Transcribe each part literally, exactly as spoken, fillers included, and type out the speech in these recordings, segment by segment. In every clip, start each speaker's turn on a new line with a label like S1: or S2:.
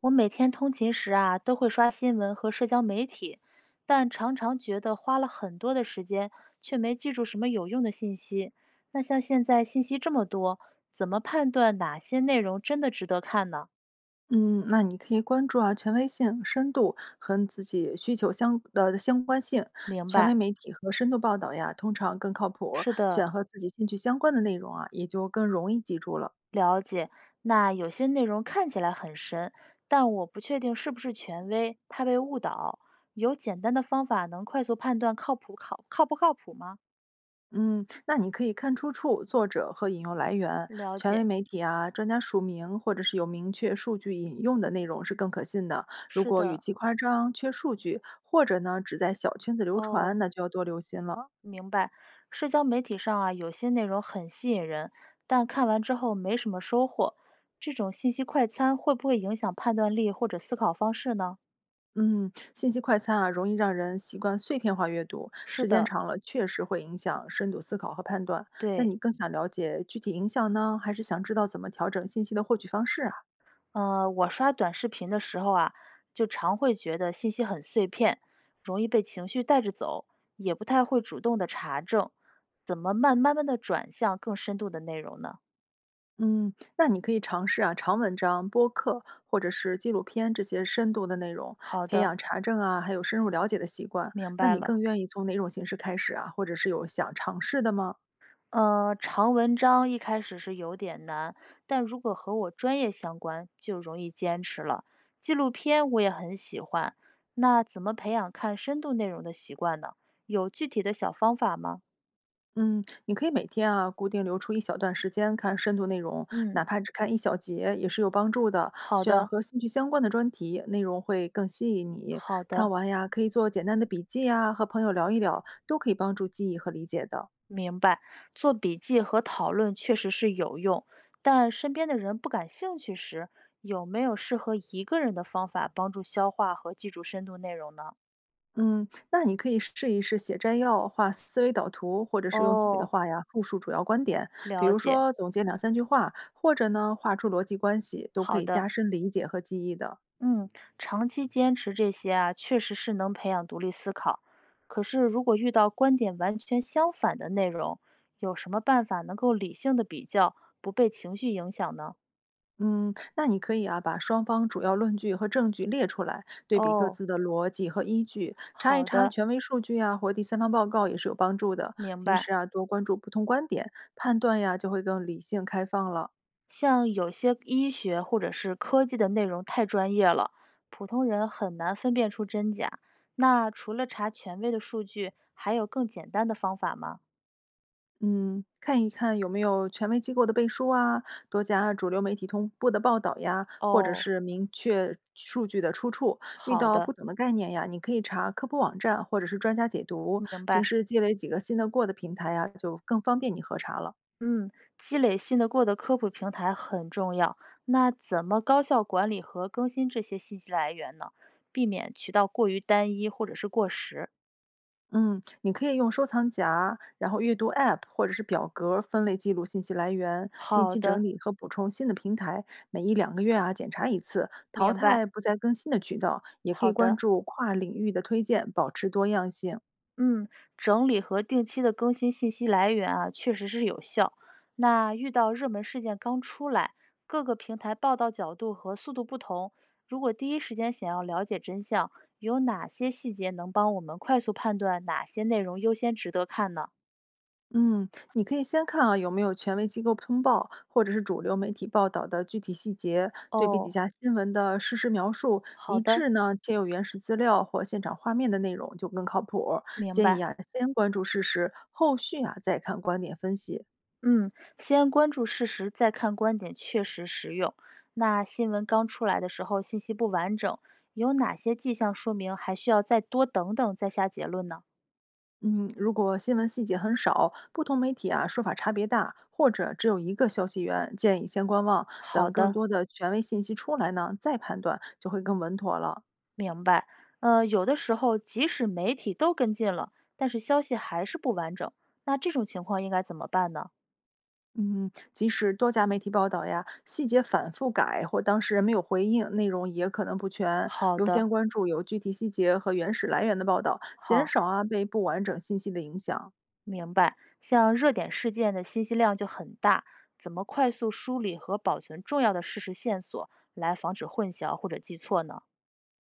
S1: 我每天通勤时啊，都会刷新闻和社交媒体，但常常觉得花了很多的时间，却没记住什么有用的信息。那像现在信息这么多，怎么判断哪些内容真的值得看呢？
S2: 嗯，那你可以关注啊，权威性、深度和自己需求相呃相关性，
S1: 明
S2: 权威
S1: 白，
S2: 媒体和深度报道呀，通常更靠谱儿
S1: 是的，
S2: 选和自己兴趣相关的内容啊，也就更容易记住了。
S1: 了解。那有些内容看起来很神，但我不确定是不是权威，怕被误导。有简单的方法能快速判断靠谱靠靠不靠谱吗？
S2: 嗯，那你可以看出处、作者和引用来源，
S1: 了
S2: 权威
S1: 解，
S2: 媒体啊、专家署名或者是有明确数据引用的内容是更可信的。如
S1: 是
S2: 果语
S1: 的，
S2: 气夸张、缺数据，或者呢只在小圈子流
S1: 哦。
S2: 传，那就要多留心了。
S1: 明白，社交媒体上啊，有些内容很吸引人，但看完之后没什么收获。这种信息快餐会不会影响判断力或者思考方式呢？
S2: 嗯，信息快餐啊，容易让人习惯碎片化阅读，
S1: 是
S2: 时间
S1: 的，
S2: 长了确实会影响深度思考和判断。那
S1: 对，
S2: 你更想了解具体影响呢，还是想知道怎么调整信息的获取方式啊？
S1: 呃，我刷短视频的时候啊，就常会觉得信息很碎片，容易被情绪带着走，也不太会主动的查证，怎么慢慢慢的转向更深度的内容呢？
S2: 嗯，那你可以尝试啊，长文章、播客或者是纪录片这些深度的内容，
S1: 好
S2: 培
S1: 的，
S2: 养查证啊，还有深入了解的习惯。
S1: 明
S2: 那
S1: 白
S2: 你
S1: 了。
S2: 更愿意从哪种形式开始啊？或者是有想尝试的吗？
S1: 呃，长文章一开始是有点难，但如果和我专业相关，就容易坚持了。纪录片我也很喜欢，那怎么培养看深度内容的习惯呢？有具体的小方法吗？
S2: 嗯，你可以每天啊固定留出一小段时间看深度内容，
S1: 嗯，
S2: 哪怕只看一小节也是有帮助的。
S1: 好
S2: 选
S1: 的，
S2: 和兴趣相关的专题，内容会更吸引你。
S1: 好
S2: 看
S1: 的，
S2: 完呀，可以做简单的笔记呀，和朋友聊一聊，都可以帮助记忆和理解的。
S1: 明白。做笔记和讨论确实是有用，但身边的人不感兴趣时，有没有适合一个人的方法帮助消化和记住深度内容呢？
S2: 嗯，那你可以试一试写摘要、画思维导图，或者是用自己的
S1: 哦，
S2: 话呀复述主要观点，比
S1: 了
S2: 如
S1: 解，
S2: 说总结两三句话，或者呢画出逻辑关系，都可
S1: 好
S2: 以加
S1: 的。
S2: 深理解和记忆的。
S1: 嗯，长期坚持这些啊，确实是能培养独立思考。可是，如果遇到观点完全相反的内容，有什么办法能够理性的比较，不被情绪影响呢？
S2: 嗯，那你可以啊，把双方主要论据和证据列出来，对比各
S1: 哦，
S2: 自的逻辑和依据，查一
S1: 好
S2: 查
S1: 的，
S2: 权威数据啊，或第三方报告也是有帮助的。
S1: 明
S2: 平
S1: 白。
S2: 时啊，多关注不同观点，判断呀就会更理性开放了。
S1: 像有些医学或者是科技的内容太专业了，普通人很难分辨出真假。那除了查权威的数据，还有更简单的方法吗？
S2: 嗯，看一看有没有权威机构的背书啊，多加主流媒体同步的报道呀，或者
S1: 哦，
S2: 是明确数据的出处。遇
S1: 好
S2: 到不
S1: 的，
S2: 懂的概念呀，你可以查科普网站或者是专家解读。
S1: 明
S2: 平
S1: 白。
S2: 时积累几个信得过的平台呀，就更方便你核查了。
S1: 嗯，积累信得过的科普平台很重要。那怎么高效管理和更新这些信息来源呢？避免渠道过于单一或者是过时。
S2: 嗯，你可以用收藏夹，然后阅读 App 或者是表格分类记录信息来源，定
S1: 好
S2: 期
S1: 的，
S2: 整理和补充新的平台，每一两个月啊检查一次，淘
S1: 明
S2: 汰
S1: 白。
S2: 不再更新的渠道，也可
S1: 好
S2: 以关
S1: 的，
S2: 注跨领域的推荐，保持多样性。
S1: 嗯，整理和定期的更新信息来源啊，确实是有效。那遇到热门事件刚出来，各个平台报道角度和速度不同，如果第一时间想要了解真相，有哪些细节能帮我们快速判断哪些内容优先值得看呢？
S2: 嗯，你可以先看啊，有没有权威机构通报，或者是主流媒体报道的具体细节，对比几
S1: 哦，
S2: 家新闻的事实描述
S1: 好
S2: 一
S1: 的，
S2: 致呢，且有原始资料或现场画面的内容就更靠谱。
S1: 明
S2: 建议
S1: 白。
S2: 啊，先关注事实，后续啊再看观点分析。
S1: 嗯，先关注事实，再看观点，确实实用。那新闻刚出来的时候，信息不完整，有哪些迹象说明还需要再多等等再下结论呢？
S2: 嗯，如果新闻细节很少，不同媒体啊说法差别大，或者只有一个消息源，建议先观望，
S1: 好
S2: 等更
S1: 的，
S2: 多的权威信息出来呢，再判断就会更稳妥了。
S1: 明白。呃，有的时候即使媒体都跟进了，但是消息还是不完整，那这种情况应该怎么办呢？
S2: 嗯，即使多家媒体报道呀，细节反复改或当事人没有回应，内容也可能不全。
S1: 好
S2: 优先
S1: 的，
S2: 关注有具体细节和原始来源的报道，减
S1: 好。
S2: 少啊被不完整信息的影响。
S1: 明白，像热点事件的信息量就很大，怎么快速梳理和保存重要的事实线索，来防止混淆或者记错呢？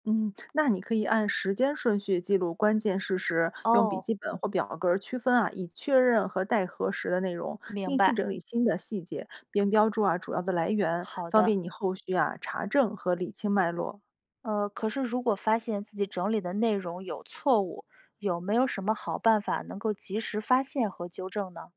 S2: 嗯，那你可以按时间顺序记录关键事实，用笔
S1: 哦，
S2: 记本或表格儿区分啊以确认和待核实的内容，
S1: 明
S2: 定期
S1: 白，
S2: 整理新的细节，并标注啊主要的来源，
S1: 好
S2: 方
S1: 的。
S2: 便你后续啊查证和理清脉络。
S1: 呃，可是如果发现自己整理的内容有错误，有没有什么好办法能够及时发现和纠正呢？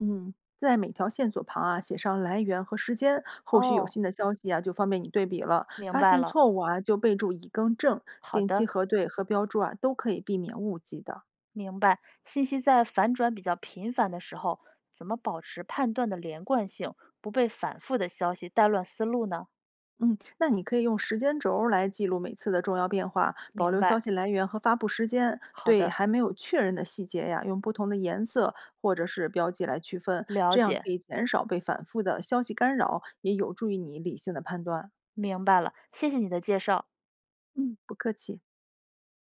S2: 嗯，在每条线索旁啊写上来源和时间，后续有
S1: 哦，
S2: 新的消息啊就方便你对比了。
S1: 明
S2: 发
S1: 白
S2: 现
S1: 了，
S2: 错误啊就备注已更正，
S1: 好
S2: 定期
S1: 的，
S2: 核对和标注啊都可以避免误记的。
S1: 明白。信息在反转比较频繁的时候，怎么保持判断的连贯性，不被反复的消息带乱思路呢？
S2: 嗯，那你可以用时间轴儿来记录每次的重要变化，保
S1: 明
S2: 留消
S1: 白。
S2: 息来源和发布时间。
S1: 好
S2: 对
S1: 的，
S2: 还没有确认的细节呀，用不同的颜色或者是标记来区分，
S1: 了
S2: 这样
S1: 解，
S2: 可以减少被反复的消息干扰，也有助于你理性的判断。
S1: 明白了，谢谢你的介绍。
S2: 嗯，不客气。